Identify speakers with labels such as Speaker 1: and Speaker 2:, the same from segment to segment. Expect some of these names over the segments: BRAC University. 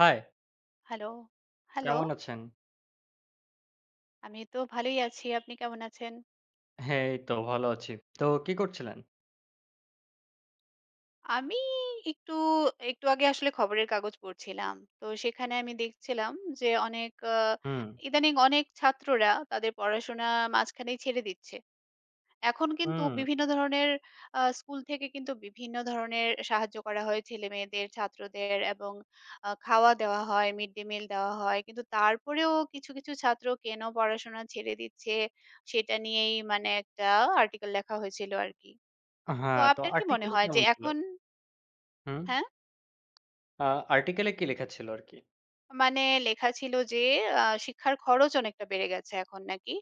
Speaker 1: High,
Speaker 2: hello, hello.
Speaker 1: কেমন আছেন?
Speaker 2: আমি তো ভালোই আছি। আপনি কেমন আছেন?
Speaker 1: হ্যাঁ, এই তো ভালো আছি। তো কি করছিলেন?
Speaker 2: আমি একটু, একটু আগে আসলে খবরের কাগজ পড়ছিলাম। তো সেখানে আমি দেখছিলাম যে অনেক
Speaker 1: হুম,
Speaker 2: ইদানিং অনেক ছাত্ররা তাদের পড়াশোনা মাঝখানেই ছেড়ে দিচ্ছে। এখন কিন্তু
Speaker 1: হুম।
Speaker 2: বিভিন্ন ধরনের স্কুল থেকে কিন্তু বিভিন্ন ধরনের সাহায্য করা হয় ছেলেমেয়েদের, ছাত্রদের এবং খাওয়া দেওয়া হয়, মিড ডে মিল দেওয়া হয়। কিন্তু তারপরেও কিছু ছাত্র কেন পড়াশোনা ছেড়ে দিচ্ছে সেটা নিয়েই মানে একটা আর্টিকেল লেখা হয়েছিল আরকি। তো
Speaker 1: হ্যাঁ, তো
Speaker 2: আপনার কি মনে
Speaker 1: আর্টিকেলে
Speaker 2: হয় যে
Speaker 1: কেমন ছিল?
Speaker 2: এখন
Speaker 1: হুম,
Speaker 2: হ্যাঁ?
Speaker 1: আর্টিকেলে কি লেখা ছিল আরকি?
Speaker 2: মানে লেখা ছিল যে শিক্ষার খরচ অনেকটা বেড়ে গেছে এখন নাকি।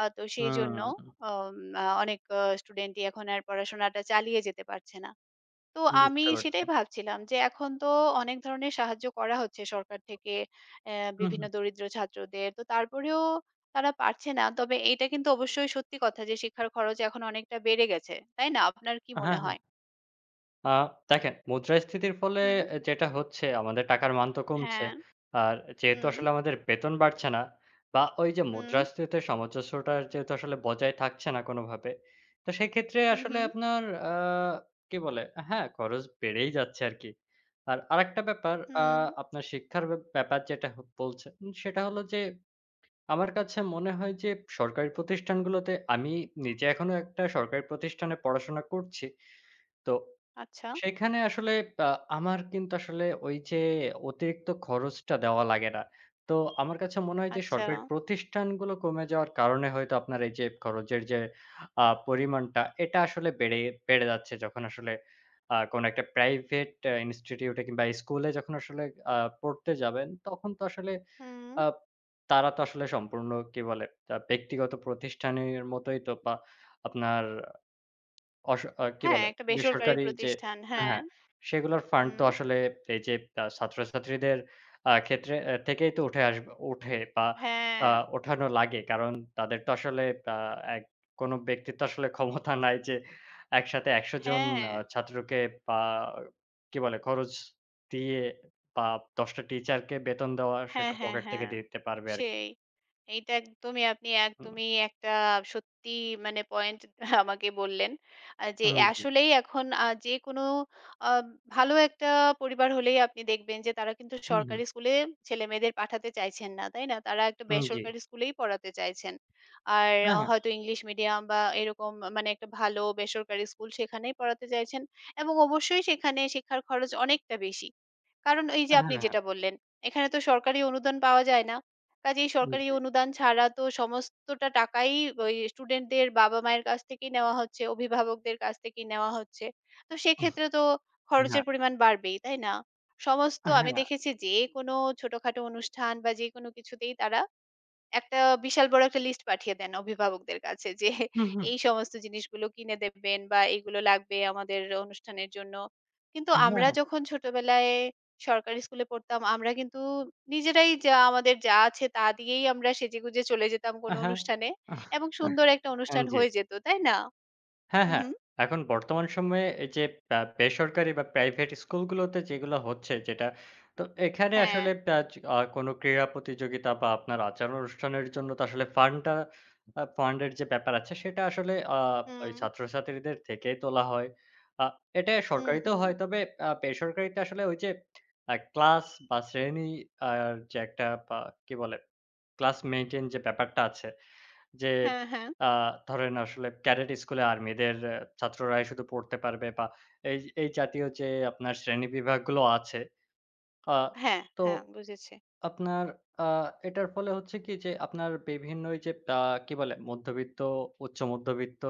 Speaker 2: তো সেইজন্য
Speaker 1: হুম,
Speaker 2: অম অনেক স্টুডেন্টই এখন আর পড়াশোনাটা চালিয়ে যেতে পারছে না। তো আমি
Speaker 1: বুঝতে পারছি।
Speaker 2: সেটাই ভাবছিলাম যে এখন তো অনেক ধরনের সাহায্য করা হচ্ছে সরকার থেকে
Speaker 1: হুম,
Speaker 2: বিভিন্ন
Speaker 1: হুম।
Speaker 2: দরিদ্র ছাত্রদের তো তারপরেও তারা পারছে না তবে এটা কিন্তু অবশ্যই সত্যি কথা যে শিক্ষার খরচ এখন অনেকটা বেড়ে গেছে তাই না আপনার কি মনে
Speaker 1: হ্যাঁ,
Speaker 2: হয়।
Speaker 1: হ্যাঁ। আ দেখেন, মুদ্রাস্ফীতির ফলে
Speaker 2: হুম,
Speaker 1: যেটা হচ্ছে, আমাদের টাকার মান তো কমছে।
Speaker 2: হ্যাঁ,
Speaker 1: আর যেহেতু
Speaker 2: হুম,
Speaker 1: আসলে আমাদের বেতন বাড়ছে না, বা ওই যে
Speaker 2: হুম,
Speaker 1: মুদ্রাস্ফীতিতে সামঞ্জস্যটা যেহেতু আসলে বজায় থাকছে না কোনোভাবে। তো সেক্ষেত্রে
Speaker 2: হুম,
Speaker 1: আসলে
Speaker 2: হুম,
Speaker 1: আপনার আ কি বলে? হ্যাঁ, খরচ বেড়েই যাচ্ছে আরকি। আর আরেকটা ব্যাপার, আ
Speaker 2: হুম,
Speaker 1: আপনার শিক্ষার ব্যাপার যেটা বলছেন, সেটা হলো যে আমার কাছে মনে হয় যে সরকারি প্রতিষ্ঠানগুলোতে আমি নিজে এখনো একটা সরকারি প্রতিষ্ঠানে পড়াশোনা করছি। তো
Speaker 2: আচ্ছা,
Speaker 1: সেখানে আসলে আ আমার কিন্তু আসলে ওই যে অতিরিক্ত খরচটা দেওয়া লাগে না। তো আমার কাছে মনে হয় যে
Speaker 2: আচ্ছা,
Speaker 1: সরকারি প্রতিষ্ঠানগুলো কমে যাওয়ার কারণে হয়তো আপনার এই যে খরচের যে পরিমাণটা, এটা আসলে বেড়ে বেড়ে যাচ্ছে। যখন আসলে কোন একটা প্রাইভেট ইনস্টিটিউট এ কিংবা স্কুলে যখন আসলে আ পড়তে যাবেন, তখন তো আসলে
Speaker 2: হুম,
Speaker 1: আ তারা তো আসলে সম্পূর্ণ কি বলে, ব্যক্তিগত প্রতিষ্ঠানের মতোই তো, বা আপনার অস আ কি
Speaker 2: হ্যাঁ,
Speaker 1: বলে?
Speaker 2: একটা বেসরকারি
Speaker 1: বেসরকারি, যে
Speaker 2: প্রতিষ্ঠান, হ্যাঁ,
Speaker 1: হ্যাঁ, সেগুলোর ফান্ড
Speaker 2: হুম,
Speaker 1: তো আসলে এই যে ছাত্রছাত্রীদের ক্ষেত্রে থেকেই তো উঠে আসবে বা
Speaker 2: হ্যাঁ,
Speaker 1: আ ওঠানো লাগে। কারণ তাদের তো আসলে আ এক কোনো ব্যক্তির তো আসলে ক্ষমতা নাই যে একসাথে ১০০ জন
Speaker 2: হ্যাঁ,
Speaker 1: ছাত্রকে বা কি বলে, খরচ দিয়ে, বা ১০ টা টিচারকে বেতন দেওয়া
Speaker 2: হ্যাঁ,
Speaker 1: সেটা
Speaker 2: হ্যাঁ,
Speaker 1: পকেট থেকে
Speaker 2: হ্যাঁ।
Speaker 1: দিতে পারবে আরকি।
Speaker 2: সেই এইটা একদমই, আপনি
Speaker 1: হুম,
Speaker 2: একদমই একটা সত্যি মানে পয়েন্ট আমাকে বললেন। যে
Speaker 1: হুম, জি।
Speaker 2: আসলেই এখন যে কোনো আ ভালো একটা পরিবার হলেই আপনি দেখবেন যে তারা কিন্তু
Speaker 1: হুম, হুম,
Speaker 2: সরকারি স্কুলে ছেলেমেয়েদের পাঠাতে চাইছেন না, তাই না? তারা একটা
Speaker 1: হুম, জি।
Speaker 2: বেসরকারি স্কুলেই পড়াতে চাইছেন। আর
Speaker 1: হ্যাঁ, হ্যাঁ,
Speaker 2: হয়তো ইংলিশ মিডিয়াম বা এরকম মানে একটা ভালো বেসরকারি স্কুল সেখানেই পড়াতে চাইছেন এবং অবশ্যই সেখানে শিক্ষার খরচ অনেকটা বেশি। কারণ এই যে
Speaker 1: হ্যাঁ,
Speaker 2: আপনি
Speaker 1: হ্যাঁ,
Speaker 2: যেটা বললেন, এখানে তো সরকারি অনুদান পাওয়া যায় না। কাজেই সরকারি
Speaker 1: জি।
Speaker 2: অনুদান ছাড়া তো সমস্তটা টাকাই ওই স্টুডেন্টদের বাবা-মায়ের কাছ থেকেই নেওয়া হচ্ছে, অভিভাবকদের কাছ থেকেই নেওয়া হচ্ছে। তো সেক্ষেত্রে তো খরচের পরিমাণ বাড়বেই, তাই না? সমস্ত
Speaker 1: হ্যাঁ,
Speaker 2: আমি
Speaker 1: হ্যাঁ।
Speaker 2: দেখেছি যে কোনো ছোটখাটো অনুষ্ঠান বা যেকোনো কিছুতেই তারা একটা বিশাল বড় একটা লিস্ট পাঠিয়ে দেন অভিভাবকদের কাছে যে
Speaker 1: হুম, হুম।
Speaker 2: এই সমস্ত জিনিসগুলো কিনে দেবেন বা এগুলো লাগবে আমাদের অনুষ্ঠানের জন্য। কিন্তু
Speaker 1: হ্যাঁ,
Speaker 2: আমরা
Speaker 1: হ্যাঁ।
Speaker 2: যখন ছোটবেলায় সরকারি স্কুলে পড়তাম আমরা কিন্তু নিজেরাই যা আমাদের যা আছে তা দিয়েই আমরা সেজেগুজে চলে যেতাম কোনো
Speaker 1: হ্যাঁ।
Speaker 2: অনুষ্ঠানে
Speaker 1: আহ
Speaker 2: এবং সুন্দর একটা
Speaker 1: হ্যাঁ।
Speaker 2: অনুষ্ঠান
Speaker 1: জি।
Speaker 2: হয়ে যেত, তাই না?
Speaker 1: হ্যাঁ,
Speaker 2: হু,
Speaker 1: হ্যাঁ।
Speaker 2: হু।
Speaker 1: এখন বর্তমান সময়ে এই যে বেসরকারি বা প্রাইভেট স্কুলগুলোতে যেগুলো হচ্ছে, যেটা তো এখানে
Speaker 2: হ্যাঁ।
Speaker 1: আসলে আ আ কোনো ক্রীড়া প্রতিযোগিতা বা আপনার আচার অনুষ্ঠানের জন্য তো আসলে ফান্ড এর যে ব্যাপার আছে, সেটা আসলে ওই
Speaker 2: হুম,
Speaker 1: ছাত্রছাত্রীদের থেকেই তোলা হয়। আ এটা
Speaker 2: হুম,
Speaker 1: সরকারিতেও
Speaker 2: হুম।
Speaker 1: হয়। তবে বেসরকারিতে আসলে ওই যে ক্লাস বা শ্রেণী, আর যে একটা বা কি বলে, ক্লাস মেইনটেইন যে ব্যাপারটা আছে, যে
Speaker 2: হ্যাঁ, হ্যাঁ।
Speaker 1: আ ধরেন আসলে ক্যাডেট স্কুলে আর মেয়েদের, আহ, ছাত্ররাই শুধু পড়তে পারবে বা এই এই জাতীয় যে আপনার শ্রেণীবিভাগগুলো আছে, আ
Speaker 2: হ্যাঁ,
Speaker 1: তো
Speaker 2: হ্যাঁ, বুঝেছি।
Speaker 1: আপনার আ এটার ফলে হচ্ছে কি, যে আপনার বিভিন্ন ওই যে কি বলে, মধ্যবিত্ত, উচ্চ মধ্যবিত্ত,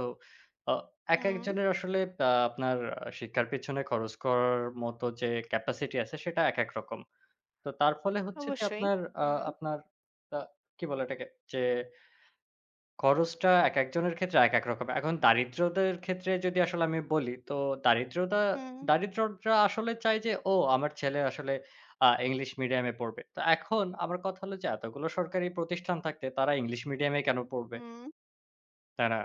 Speaker 1: আ
Speaker 2: হুম,
Speaker 1: একেকজনের আসলে আপনার শিক্ষার পেছনে খরচ করার মতো যে ক্যাপাসিটি আছে, সেটা একেক রকম। তো তার ফলে হচ্ছে যে
Speaker 2: অবশ্যই।
Speaker 1: আপনার আ
Speaker 2: হুম,
Speaker 1: আপনার আ কি বলে এটাকে? যে খরচটা একেকজনের ক্ষেত্রে একেক রকম। এখন দারিদ্রদের ক্ষেত্রে যদি আসলে আমি বলি, তো দারিদ্রতা
Speaker 2: হুম,
Speaker 1: দারিদ্ররা আসলে চায় যে, "ও আমার ছেলে আসলে ইংলিশ মিডিয়ামে পড়বে।" তো এখন আমার কথা হলো যে, এতগুলো সরকারি প্রতিষ্ঠান থাকতে তারা ইংলিশ মিডিয়ামে কেন পড়বে?
Speaker 2: হুম,
Speaker 1: তাই না?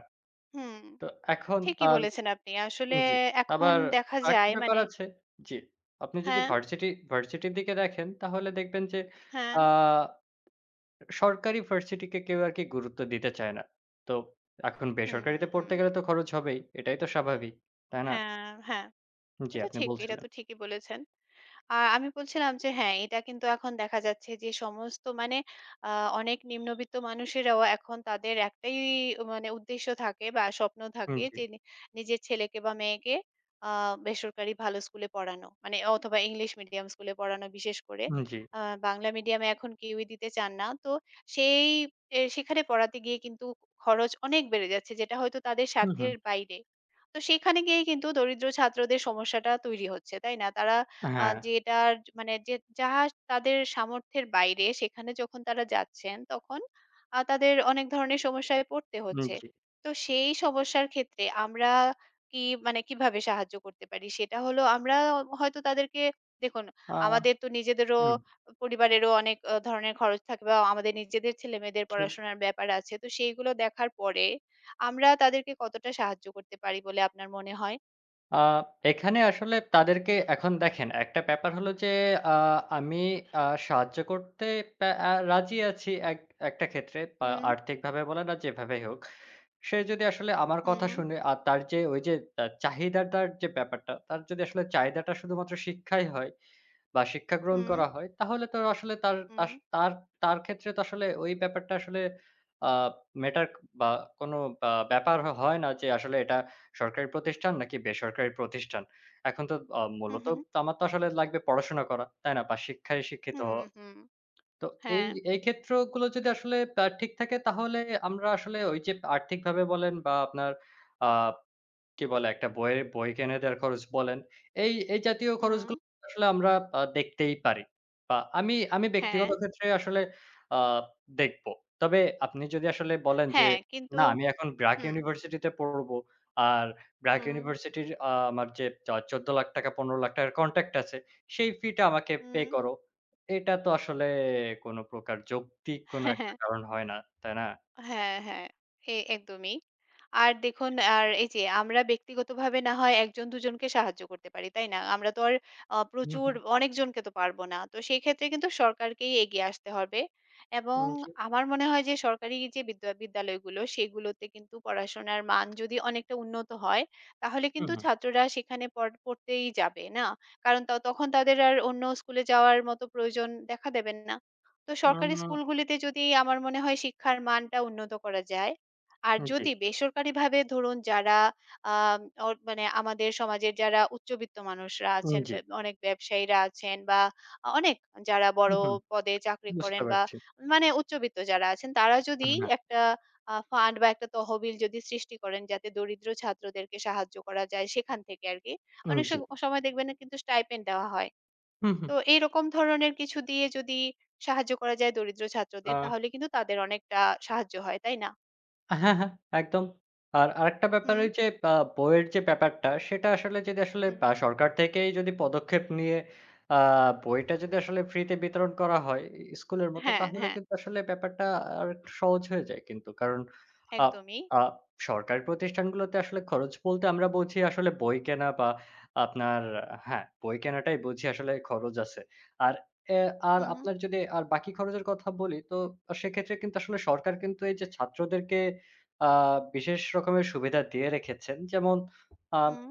Speaker 2: হুম।
Speaker 1: তো এখন
Speaker 2: ঠিকই
Speaker 1: আর
Speaker 2: বলেছেন আপনি। আসলে
Speaker 1: জি।
Speaker 2: এখন
Speaker 1: আবার
Speaker 2: দেখা
Speaker 1: আরেকটা
Speaker 2: যায়
Speaker 1: ব্যাপার
Speaker 2: মানে
Speaker 1: আছে, জি। আপনি যদি
Speaker 2: হ্যাঁ,
Speaker 1: ভার্সিটির দিকে দেখেন, তাহলে দেখবেন যে
Speaker 2: হ্যাঁ,
Speaker 1: আ সরকারি ভার্সিটিকে কেউ আরকি গুরুত্ব দিতে চায় না। তো এখন
Speaker 2: হুম,
Speaker 1: বেসরকারিতে
Speaker 2: হুম,
Speaker 1: পড়তে গেলে তো খরচ হবেই। এটাই তো স্বাভাবিক। তাই না?
Speaker 2: হ্যাঁ, হ্যাঁ।
Speaker 1: জি,
Speaker 2: এটা
Speaker 1: আপনি
Speaker 2: ঠিক। এটা
Speaker 1: বলছিলেন।
Speaker 2: তো ঠিকই বলেছেন। আমি বলছিলাম যে হ্যাঁ, এটা কিন্তু এখন দেখা যাচ্ছে যে সমস্ত মানে আ অনেক নিম্নবিত্ত মানুষেরাও এখন তাদের একটাই মানে উদ্দেশ্য থাকে বা স্বপ্ন
Speaker 1: উম
Speaker 2: থাকে
Speaker 1: জি,
Speaker 2: যে নিজের ছেলেকে বা মেয়েকে আ বেসরকারি ভালো স্কুলে পড়ানো। মানে অথবা ইংলিশ মিডিয়াম স্কুলে পড়ানো বিশেষ করে।
Speaker 1: উম জি।
Speaker 2: আ বাংলা মিডিয়ামে এখন কেউই দিতে চান না। তো সেই এ সেখানে পড়াতে গিয়ে কিন্তু খরচ অনেক বেড়ে যাচ্ছে যেটা হয়তো তাদের
Speaker 1: হু, হু।
Speaker 2: সাধ্যের বাইরে। তো সেখানে গিয়ে কিন্তু দরিদ্র ছাত্রদের সমস্যাটা তৈরি হচ্ছে, তাই না? তারা
Speaker 1: হ্যাঁ,
Speaker 2: যেটার মানে যাহা তাদের সামর্থ্যের বাইরে সেখানে যখন তারা যাচ্ছেন তখন তাদের অনেক ধরনের সমস্যায় পড়তে
Speaker 1: উম
Speaker 2: হচ্ছে।
Speaker 1: জি।
Speaker 2: তো সেই সমস্যার ক্ষেত্রে আমরা কি মানে কিভাবে সাহায্য করতে পারি? সেটা হলো আমরা হয়তো তাদেরকে দেখুন
Speaker 1: আ
Speaker 2: আমাদের তো নিজেদেরও
Speaker 1: হুম,
Speaker 2: পরিবারেরও অনেক ধরনের খরচ থাকে বা আমাদের নিজেদের ছেলেমেয়েদের
Speaker 1: ঠিক।
Speaker 2: পড়াশোনার ব্যাপার আছে। তো সেইগুলো দেখার পরে আমরা তাদেরকে কতটা সাহায্য করতে পারি বলে আপনার মনে হয়?
Speaker 1: আ এখানে আসলে তাদেরকে এখন দেখেন, একটা ব্যাপার হলো যে আ আমি আ সাহায্য করতে প্যা আ রাজি আছি একটা ক্ষেত্রে, বা
Speaker 2: হুম,
Speaker 1: আর্থিকভাবে বলেন, আর যেভাবেই হোক। সে যদি আসলে আমার কথা
Speaker 2: হুম,
Speaker 1: শুনে, আর তার যে ওই যে চাহিদাটার যে ব্যাপারটা, তার যদি আসলে চাহিদাটা শুধুমাত্র শিক্ষাই হয় বা শিক্ষা গ্রহণ
Speaker 2: হুম,
Speaker 1: করা হয়, তাহলে তো আসলে তার
Speaker 2: হুম,
Speaker 1: তাস তার তার ক্ষেত্রে তো আসলে ওই ব্যাপারটা আসলে আ ম্যাটার বা কোনো বা ব্যাপার হয় না, যে আসলে এটা সরকারি প্রতিষ্ঠান নাকি বেসরকারি প্রতিষ্ঠান। এখন তো
Speaker 2: হু,
Speaker 1: মূলত
Speaker 2: হু।
Speaker 1: তো আমার তো আসলে লাগবে পড়াশোনা করা, তাই না? বা শিক্ষায় শিক্ষিত
Speaker 2: হুম,
Speaker 1: হওয়া।
Speaker 2: হুম।
Speaker 1: তো এই
Speaker 2: হ্যাঁ,
Speaker 1: এই ক্ষেত্রগুলো যদি আসলে ঠিক থাকে, তাহলে আমরা আসলে ওই যে আর্থিকভাবে বলেন, বা আপনার আ কি বলে? একটা বই কিনে দেওয়ার খরচ বলেন। এই জাতীয়
Speaker 2: হুম,
Speaker 1: খরচগুলো আসলে আমরা দেখতেই পারি। বা আমি
Speaker 2: হ্যাঁ,
Speaker 1: ব্যক্তিগত ক্ষেত্রে আসলে আ দেখব। তবে আপনি যদি আসলে বলেন যে,
Speaker 2: হ্যাঁ, কিন্তু
Speaker 1: "না, আমি এখন ব্র্যাক
Speaker 2: হুম,
Speaker 1: ইউনিভার্সিটিতে পড়বো। আর ব্র্যাক
Speaker 2: হুম,
Speaker 1: ইউনিভার্সিটির আমার যে ৳১৪,০০,০০০ ৳১৫,০০,০০০ র কনট্রাক্ট আছে, সেই ফিটা আমাকে পে
Speaker 2: হুম।
Speaker 1: করো।" এটা তো আসলে কোন প্রকার যৌক্তিক কোন একটা কারণ হয় না। তাই না?
Speaker 2: হ্যাঁ, হ্যাঁ। এ একদমই। আর দেখুন আর এই যে আমরা ব্যক্তিগতভাবে না হয় ১ জন ২ জনকে সাহায্য করতে পারি, তাই না? আমরা তো আর
Speaker 1: হু,
Speaker 2: প্রচুর
Speaker 1: হু।
Speaker 2: অনেকজনকে তো পারবো না। তো সেই ক্ষেত্রে কিন্তু সরকারকেই এগিয়ে আসতে হবে। এবং
Speaker 1: উম জি।
Speaker 2: আমার মনে হয় যে সরকারি যে বিদ্যালয়গুলো সেগুলোতে কিন্তু পড়াশোনার মান যদি অনেকটা উন্নত হয়, তাহলে
Speaker 1: হু,
Speaker 2: কিন্তু
Speaker 1: হু।
Speaker 2: ছাত্ররা সেখানে পড়তেই যাবে, না? কারণ তখন তাদের আর অন্য স্কুলে যাওয়ার মতো প্রয়োজন দেখা দেবে না। তো সরকারি স্কুলগুলিতে যদি আমার মনে হয় শিক্ষার মানটা উন্নত করা যায়। আর
Speaker 1: উম জি,
Speaker 2: যদি বেসরকারিভাবে ধরুন যারা আম মানে আমাদের সমাজের যারা উচ্চবিত্ত মানুষরা
Speaker 1: উম
Speaker 2: আছেন,
Speaker 1: জি।
Speaker 2: অনেক ব্যবসায়ীরা আছেন বা অনেক যারা
Speaker 1: হু,
Speaker 2: বড়
Speaker 1: হুম।
Speaker 2: পদে চাকরি
Speaker 1: বুঝতে
Speaker 2: করেন বা
Speaker 1: পারছি।
Speaker 2: মানে উচ্চবিত্ত যারা আছেন, তারা যদি
Speaker 1: হ্যাঁ,
Speaker 2: একটা ফান্ড বা একটা তহবিল যদি সৃষ্টি করেন যাতে দরিদ্র ছাত্রদেরকে সাহায্য করা যায় সেখান থেকে আরকি।
Speaker 1: হুম,
Speaker 2: অনেক
Speaker 1: জি।
Speaker 2: সময় দেখবেন না কিন্তু স্টাইপেন্ড দেওয়া হয়।
Speaker 1: হুম, হুম।
Speaker 2: তো এইরকম ধরনের কিছু দিয়ে যদি সাহায্য করা যায় দরিদ্র
Speaker 1: আ
Speaker 2: ছাত্রদের তাহলে কিন্তু তাদের অনেকটা সাহায্য হয়, তাই না?
Speaker 1: হ্যাঁ, হ্যাঁ, একদম। আর আরেকটা ব্যাপার
Speaker 2: হুম,
Speaker 1: ওই যে বইয়ের যে ব্যাপারটা, সেটা আসলে যদি আসলে
Speaker 2: হুম।
Speaker 1: সরকার থেকেই যদি পদক্ষেপ নিয়ে আ বইটা যদি আসলে ফ্রিতে বিতরণ করা হয় ই স্কুলের মতো,
Speaker 2: হ্যাঁ,
Speaker 1: তাহলে
Speaker 2: হ্যাঁ,
Speaker 1: কিন্তু আসলে ব্যাপারটা আরেকটু সহজ হয়ে যায় কিন্তু। কারণ আ
Speaker 2: একদমই।
Speaker 1: আ সরকারি প্রতিষ্ঠানগুলোতে আসলে খরচ বলতে আমরা বুঝি আসলে বই কেনা বা আপনার, হ্যাঁ, বই কেনাটাই বুঝি আসলে খরচ আছে। আর এ আর
Speaker 2: হুম,
Speaker 1: আপনার যদি আর বাকি খরচের কথা বলি, তো সেক্ষেত্রে কিন্তু আসলে সরকার কিন্তু এই যে ছাত্রদেরকে আ বিশেষ রকমের সুবিধা দিয়ে রেখেছেন। যেমন আ
Speaker 2: হুম,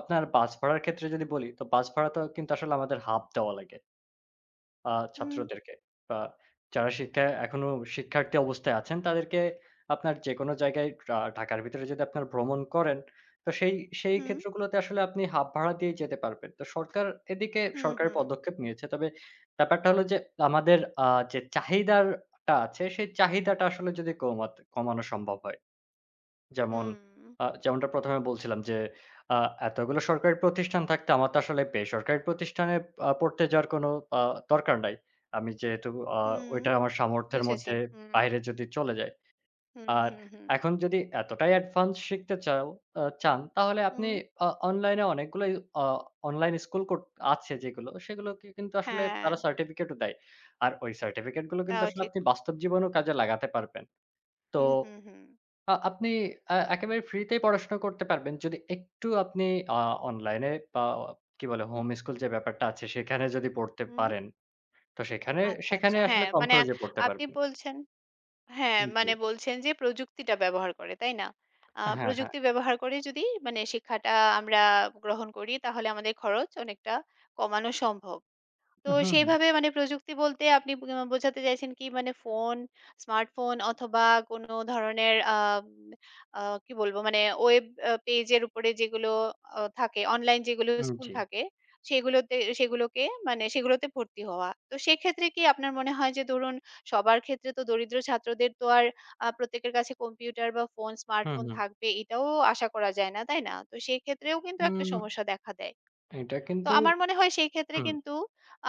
Speaker 1: আপনার বাস ভাড়ার ক্ষেত্রে যদি বলি, তো বাস ভাড়া তো কিন্তু আসলে আমাদের হাফ দেওয়া লাগে আ
Speaker 2: হুম,
Speaker 1: ছাত্রদেরকে। বা যারা শিক্ষায় এখনো শিক্ষার্থী অবস্থায় আছেন, তাদেরকে আপনার যেকোনো জায়গায়, ঢাকার ভিতরে যদি আপনার ভ্রমণ করেন, তো সেই
Speaker 2: হুম,
Speaker 1: ক্ষেত্রগুলোতে আসলে আপনি হাফ ভাড়া দিয়েই যেতে পারবেন। তো এদিকে
Speaker 2: হুম,
Speaker 1: সরকারের
Speaker 2: হুম,
Speaker 1: পদক্ষেপ নিয়েছে। তবে ব্যাপারটা হলো যে আমাদের যে চাহিদারটা আছে, সেই চাহিদাটা আসলে যদি কমানো সম্ভব হয়। যেমন
Speaker 2: হুম,
Speaker 1: যেমনটা ১ম এ বলছিলাম যে, আ এতগুলো সরকারি প্রতিষ্ঠান থাকতে আমার তো আসলে বেসরকারি প্রতিষ্ঠানে পড়তে যাওয়ার কোনো আ দরকার নাই। আমি যেহেতু আ
Speaker 2: হুম,
Speaker 1: ওইটা আমার সামর্থ্যের
Speaker 2: বুঝেছি।
Speaker 1: মধ্যে
Speaker 2: হুম,
Speaker 1: বাইরে যদি চলে যায়।
Speaker 2: হুম,
Speaker 1: আর
Speaker 2: হুম, হুম,
Speaker 1: এখন যদি এতটাই অ্যাডভান্স শিখতে চাও আ চান, তাহলে আপনি
Speaker 2: হুম,
Speaker 1: অনলাইনে অনেকগুলোই আ অনলাইন স্কুল কোট আছে, যেগুলো, সেগুলোকে কিন্তু আসলে
Speaker 2: হ্যাঁ,
Speaker 1: তারা সার্টিফিকেটও দেয়। আর ওই সার্টিফিকেট গুলো কিন্তু
Speaker 2: তাও
Speaker 1: আসলে
Speaker 2: ঠিক।
Speaker 1: আপনি বাস্তব জীবনেও কাজে লাগাতে পারবেন। তো
Speaker 2: হুম, হুম, হুম,
Speaker 1: আপনি একেবারে ফ্রিতেই পড়াশোনা করতে পারবেন। যদি একটু আপনি আ অনলাইনে বা কি বলে হোম স্কুল যে ব্যাপারটা আছে, সেখানে যদি পড়তে
Speaker 2: হুম,
Speaker 1: পারেন, তো সেখানে
Speaker 2: আচ্ছা,
Speaker 1: সেখানে
Speaker 2: আচ্ছা।
Speaker 1: আসলে
Speaker 2: হ্যাঁ,
Speaker 1: কম
Speaker 2: মানে
Speaker 1: খরচে পড়তে
Speaker 2: আপনি
Speaker 1: পারবেন।
Speaker 2: বলছেন হ্যাঁ,
Speaker 1: জি।
Speaker 2: মানে বলছেন যে প্রযুক্তিটা ব্যবহার করে, তাই না?
Speaker 1: হ্যাঁ, হ্যাঁ।
Speaker 2: প্রযুক্তি ব্যবহার করে যদি মানে শিক্ষাটা আমরা গ্রহণ করি তাহলে আমাদের খরচ অনেকটা কমানো সম্ভব। তো
Speaker 1: হুম, হুম।
Speaker 2: সেইভাবে মানে প্রযুক্তি বলতে আপনি বোঝাতে চাইছেন কি মানে ফোন, স্মার্টফোন অথবা কোনো ধরনের আ কি বলবো মানে ওয়েব পেজের উপরে যেগুলো থাকে, অনলাইন যেগুলো
Speaker 1: উম
Speaker 2: স্কুল
Speaker 1: জি।
Speaker 2: থাকে সেগুলোতে সেগুলোকে মানে সেগুলোতে ভর্তি হওয়া। তো সেক্ষেত্রে কি আপনার মনে হয় যে ধরুন সবার ক্ষেত্রে তো দরিদ্র ছাত্রদের তো আর প্রত্যেকের কাছে কম্পিউটার বা ফোন,
Speaker 1: হুম,
Speaker 2: স্মার্টফোন
Speaker 1: হুম।
Speaker 2: থাকবে এটাও আশা করা যায় না, তাই না? তো সেক্ষেত্রেও কিন্তু একটা
Speaker 1: উম,
Speaker 2: সমস্যা দেখা দেয়।
Speaker 1: এটা
Speaker 2: তো
Speaker 1: কিন্তু
Speaker 2: আমার মনে হয় সেই ক্ষেত্রে
Speaker 1: হুম,
Speaker 2: কিন্তু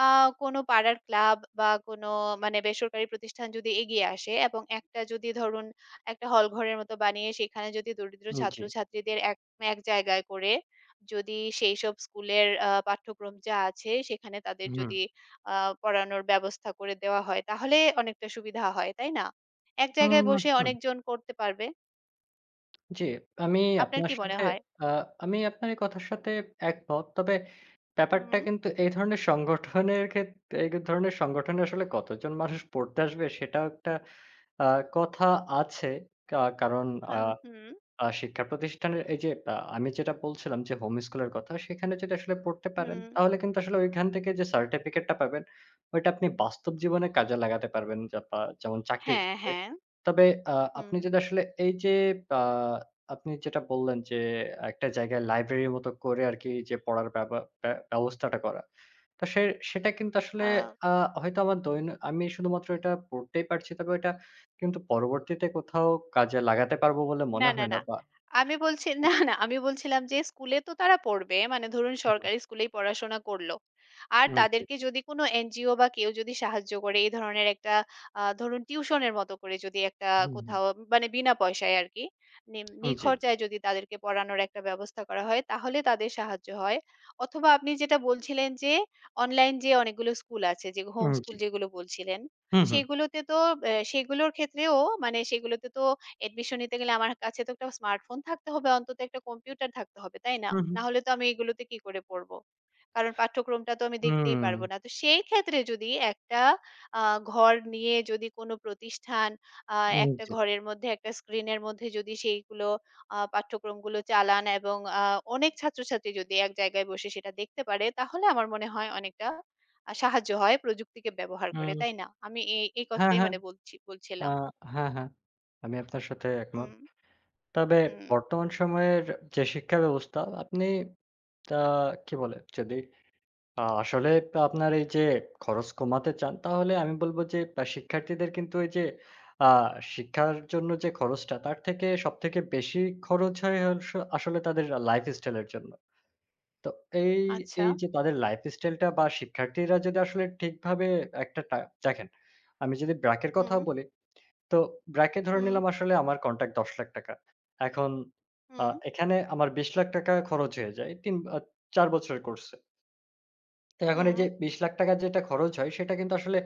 Speaker 2: আ কোনো পাড়ার ক্লাব বা কোনো মানে বেসরকারি প্রতিষ্ঠান যদি এগিয়ে আসে এবং একটা যদি ধরুন একটা হল ঘরের মতো বানিয়ে সেখানে যদি দরিদ্র
Speaker 1: জি।
Speaker 2: ছাত্রছাত্রীদের এক এক জায়গায় করে যদি সেইসব স্কুলের পাঠ্যক্রম যা আছে সেখানে তাদের
Speaker 1: হুম,
Speaker 2: যদি আ পড়ানোর ব্যবস্থা করে দেওয়া হয় তাহলে অনেকটা সুবিধা হয়, তাই না? এক জায়গায়
Speaker 1: হুম,
Speaker 2: বসে
Speaker 1: হুম।
Speaker 2: অনেকজন করতে পারবে।
Speaker 1: জি, আমি
Speaker 2: আপনার কি
Speaker 1: আপনার
Speaker 2: মনে
Speaker 1: সাথে
Speaker 2: হয়?
Speaker 1: আ আমি আপনার এই কথার সাথে একমত। তবে ব্যাপারটা
Speaker 2: হুম,
Speaker 1: কিন্তু এই ধরনের সংগঠনের এই ধরনের সংগঠনে আসলে কতজন মানুষ পড়তে আসবে সেটাও একটা আ কথা আছে। কারণ
Speaker 2: আ
Speaker 1: আ
Speaker 2: হুম,
Speaker 1: আ শিক্ষা প্রতিষ্ঠানের এই যে আমি যেটা বলছিলাম যে হোম স্কুলের কথা, সেখানে যদি আসলে পড়তে পারেন,
Speaker 2: হুম।
Speaker 1: তাহলে কিন্তু আসলে ওইখান থেকে যে সার্টিফিকেটটা পাবেন, ওইটা আপনি বাস্তব জীবনে কাজে লাগাতে পারবেন, যা পা যেমন চাকরির
Speaker 2: হ্যাঁ,
Speaker 1: ক্ষেত্রে।
Speaker 2: হ্যাঁ।
Speaker 1: তবে আ আপনি
Speaker 2: হুম।
Speaker 1: যদি আসলে এই যে আ আপনি যেটা বললেন যে একটা জায়গায় লাইব্রেরির মতো করে আরকি যে পড়ার ব্যবা ব্য ব্যবস্থাটা করা। তো সেটা কিন্তু আসলে
Speaker 2: আ
Speaker 1: আ হয়তো আমার আমি শুধুমাত্র এটা পড়তেই পারছি। তবে ওইটা কিন্তু পরবর্তীতে কোথাও কাজে লাগাতে পারবো বলে
Speaker 2: না,
Speaker 1: মনে
Speaker 2: না,
Speaker 1: হয় না
Speaker 2: না।
Speaker 1: বা
Speaker 2: আমি বলছি না,
Speaker 1: জি,
Speaker 2: না আমি বলছিলাম যে স্কুলে তো তারা পড়বে। মানে ধরুন
Speaker 1: হু,
Speaker 2: সরকারি স্কুলেই পড়াশোনা করল। আর
Speaker 1: হুম, জি,
Speaker 2: তাদেরকে যদি কোনো এনজিও বা কেউ যদি সাহায্য করে এই ধরনের একটা ধরুন টিউশনের মতো করে যদি একটা
Speaker 1: হুম,
Speaker 2: কোথাও মানে বিনা পয়সায় আরকি
Speaker 1: হুম, জি,
Speaker 2: নিখরচায় যদি তাদেরকে পড়ানোর একটা ব্যবস্থা করা হয় তাহলে তাদের সাহায্য হয়। অথবা আপনি যেটা বলছিলেন যে অনলাইন যে অনেকগুলো স্কুল আছে যে হোম
Speaker 1: হুম,
Speaker 2: স্কুল
Speaker 1: জি,
Speaker 2: যেগুলো বলছিলেন,
Speaker 1: হুম, হুম,
Speaker 2: সেগুলোতে তো সেগুলোর ক্ষেত্রেও মানে সেগুলোতে তো অ্যাডমিশন নিতে গেলে আমার কাছে তো একটা স্মার্টফোন থাকতে হবে, অন্তত একটা কম্পিউটার থাকতে হবে, তাই না?
Speaker 1: হুম,
Speaker 2: না হলে তো আমি এগুলোতে কি করে পড়ব? কারণ পাঠ্যক্রমটা তো আমি দেখতেই পারব
Speaker 1: হুম,
Speaker 2: না। তো সেই ক্ষেত্রে যদি একটা আ ঘর নিয়ে যদি কোনো প্রতিষ্ঠান আ
Speaker 1: হুম,
Speaker 2: একটা
Speaker 1: জি,
Speaker 2: ঘরের মধ্যে একটা স্ক্রিনের মধ্যে যদি সেইগুলো পাঠ্যক্রমগুলো চালান এবং অনেক ছাত্রছাত্রী যদি এক জায়গায় বসে সেটা দেখতে পারে, তাহলে আমার মনে হয় অনেকটা সাহায্য হয় প্রযুক্তিকে ব্যবহার করে,
Speaker 1: হুম,
Speaker 2: তাই না? আমি এই এই
Speaker 1: হ্যাঁ,
Speaker 2: কথাটাই
Speaker 1: হ্যাঁ,
Speaker 2: মানে
Speaker 1: আ
Speaker 2: বলছিলাম।
Speaker 1: হ্যাঁ, হ্যাঁ, আমি আপনার সাথে একমত।
Speaker 2: হুম,
Speaker 1: তবে
Speaker 2: হুম।
Speaker 1: বর্তমান সময়ের যে শিক্ষা ব্যবস্থা আপনি তা কি বলে, যদি আসলে আপনার এই যে খরচ কমাতে চান, তাহলে আমি বলব যে শিক্ষার্থীদের কিন্তু এই যে আ শিক্ষার জন্য যে খরচটা, তার থেকে সবথেকে বেশি খরচ হয় আসলে তাদের লাইফস্টাইল এর জন্য। তো এই,
Speaker 2: আচ্ছা।
Speaker 1: এই যে তাদের লাইফস্টাইলটা, বা শিক্ষার্থীরা যদি আসলে ঠিকভাবে একটা দেখেন, আমি যদি ব্র্যাক এর কথা
Speaker 2: হুম,
Speaker 1: বলি, তো ব্র্যাকে ধরে
Speaker 2: হুম,
Speaker 1: নিলাম আসলে আমার কনট্যাক্ট ৳১০,০০,০০০। এখন আ
Speaker 2: হুম,
Speaker 1: এখানে আমার ৳২০,০০,০০০ খরচ হয়ে যায়। ৩ ৪ বছরের কোর্সে। তো এখন এই
Speaker 2: হুম,
Speaker 1: যে ৳২০,০০,০০০ যেটা খরচ হয়, সেটা কিন্তু আসলে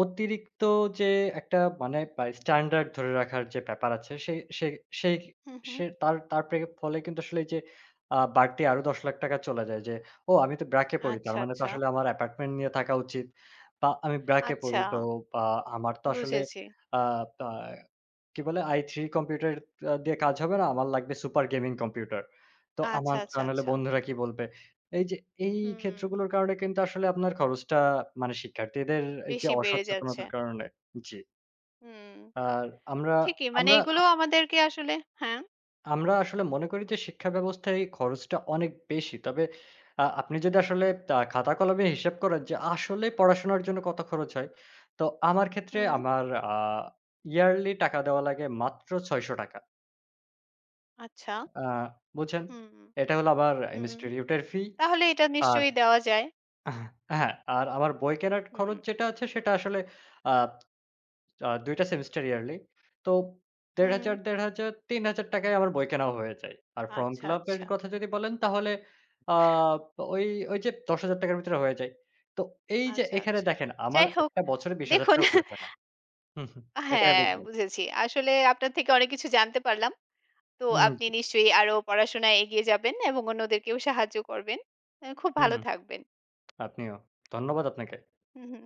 Speaker 1: অতিরিক্ত যে একটা মানে বা স্ট্যান্ডার্ড ধরে রাখার যে ব্যাপার আছে, সে সে সেই
Speaker 2: হুম, হুম।
Speaker 1: সে তার তার ফলে কিন্তু আসলে এই যে বাড়তি আরো ৳১০,০০,০০০ চলে যায় যে, "ও আমি তো ব্র্যাকে পড়ি। তার
Speaker 2: আচ্ছা,
Speaker 1: মানে তো
Speaker 2: আচ্ছা।
Speaker 1: আসলে আমার অ্যাপার্টমেন্ট নিয়ে থাকা উচিত। বা আমি ব্র্যাকে
Speaker 2: আচ্ছা,
Speaker 1: পড়ি। তো বা আমার তো আসলে
Speaker 2: বুঝেছি।
Speaker 1: আ তা কি বলে? i3 কম্পিউটার দিয়ে কাজ হবে না। আমার লাগবে সুপার গেমিং কম্পিউটার। তো
Speaker 2: আচ্ছা,
Speaker 1: আমার, তা
Speaker 2: আচ্ছা,
Speaker 1: নাহলে
Speaker 2: আচ্ছা।
Speaker 1: বন্ধুরা
Speaker 2: হুম,
Speaker 1: কি বলবে? এই যে এই
Speaker 2: হুম।
Speaker 1: ক্ষেত্রগুলোর কারণে কিন্তু আসলে আপনার খরচটা মানে শিক্ষার্থীদের এই যে
Speaker 2: বেশি বেড়ে যাচ্ছে।
Speaker 1: অসচেতনতার কারণে, জি।
Speaker 2: হুম,
Speaker 1: আর আমরা
Speaker 2: ঠিকই। মানে
Speaker 1: আমরা
Speaker 2: এগুলো
Speaker 1: আ
Speaker 2: আমাদেরকে আসলে হ্যাঁ,
Speaker 1: আমরা আসলে মনে করি যে শিক্ষা ব্যবস্থায় এই খরচটা অনেক বেশি। তবে আপনি যদি আসলে খাতা কলমে হিসাব করেন যে আসলে পড়াশোনার জন্য কত খরচ হয়। তো আমার ক্ষেত্রে
Speaker 2: হুম,
Speaker 1: আমার আ ইয়ারলি টাকা দেওয়া লাগে মাত্র ৳৬০০,
Speaker 2: আচ্ছা,
Speaker 1: আ বুঝছেন?
Speaker 2: হুম,
Speaker 1: এটা হলো আমার
Speaker 2: হুম।
Speaker 1: ইনস্টিটিউটের ফি।
Speaker 2: তাহলে এটা
Speaker 1: আর
Speaker 2: নিশ্চয়ই দেওয়া যায়।
Speaker 1: হ্যাঁ, আর আমার বই কেনার
Speaker 2: হুম,
Speaker 1: খরচ যেটা আছে, সেটা আসলে আ আ ২ টা সেমেস্টার ইয়ারলি। তো
Speaker 2: হুম।
Speaker 1: ১,৫০০, ১,৫০০, ৩,০০০ য় আমার বই কেনাও হয়ে যায়। আর ফর্ম
Speaker 2: আচ্ছা,
Speaker 1: ফিল আপ এর
Speaker 2: আচ্ছা,
Speaker 1: কথা যদি বলেন, তাহলে আ ওই, ওই যে ৳১০,০০০ র ভিতরে হয়ে যায়। তো এই যে
Speaker 2: আচ্ছা,
Speaker 1: এখানে
Speaker 2: আচ্ছা।
Speaker 1: দেখেন, আমার
Speaker 2: যাই হোক,
Speaker 1: একটা বছরে ৳২০,০০০
Speaker 2: দেখুন
Speaker 1: খরচ হয় না। হুম, হুম। এটাই
Speaker 2: হ্যাঁ,
Speaker 1: বুঝুন।
Speaker 2: বুঝেছি। আসলে আপনার থেকে অনেক কিছু জানতে পারলাম। তো
Speaker 1: হুম,
Speaker 2: আপনি
Speaker 1: জি।
Speaker 2: নিশ্চয়ই আরো পড়াশোনায় এগিয়ে যাবেন এবং অন্যদেরকেও সাহায্য করবেন। খুব
Speaker 1: হুম,
Speaker 2: ভালো থাকবেন।
Speaker 1: আপনিও। ধন্যবাদ আপনাকে।
Speaker 2: হু, হু।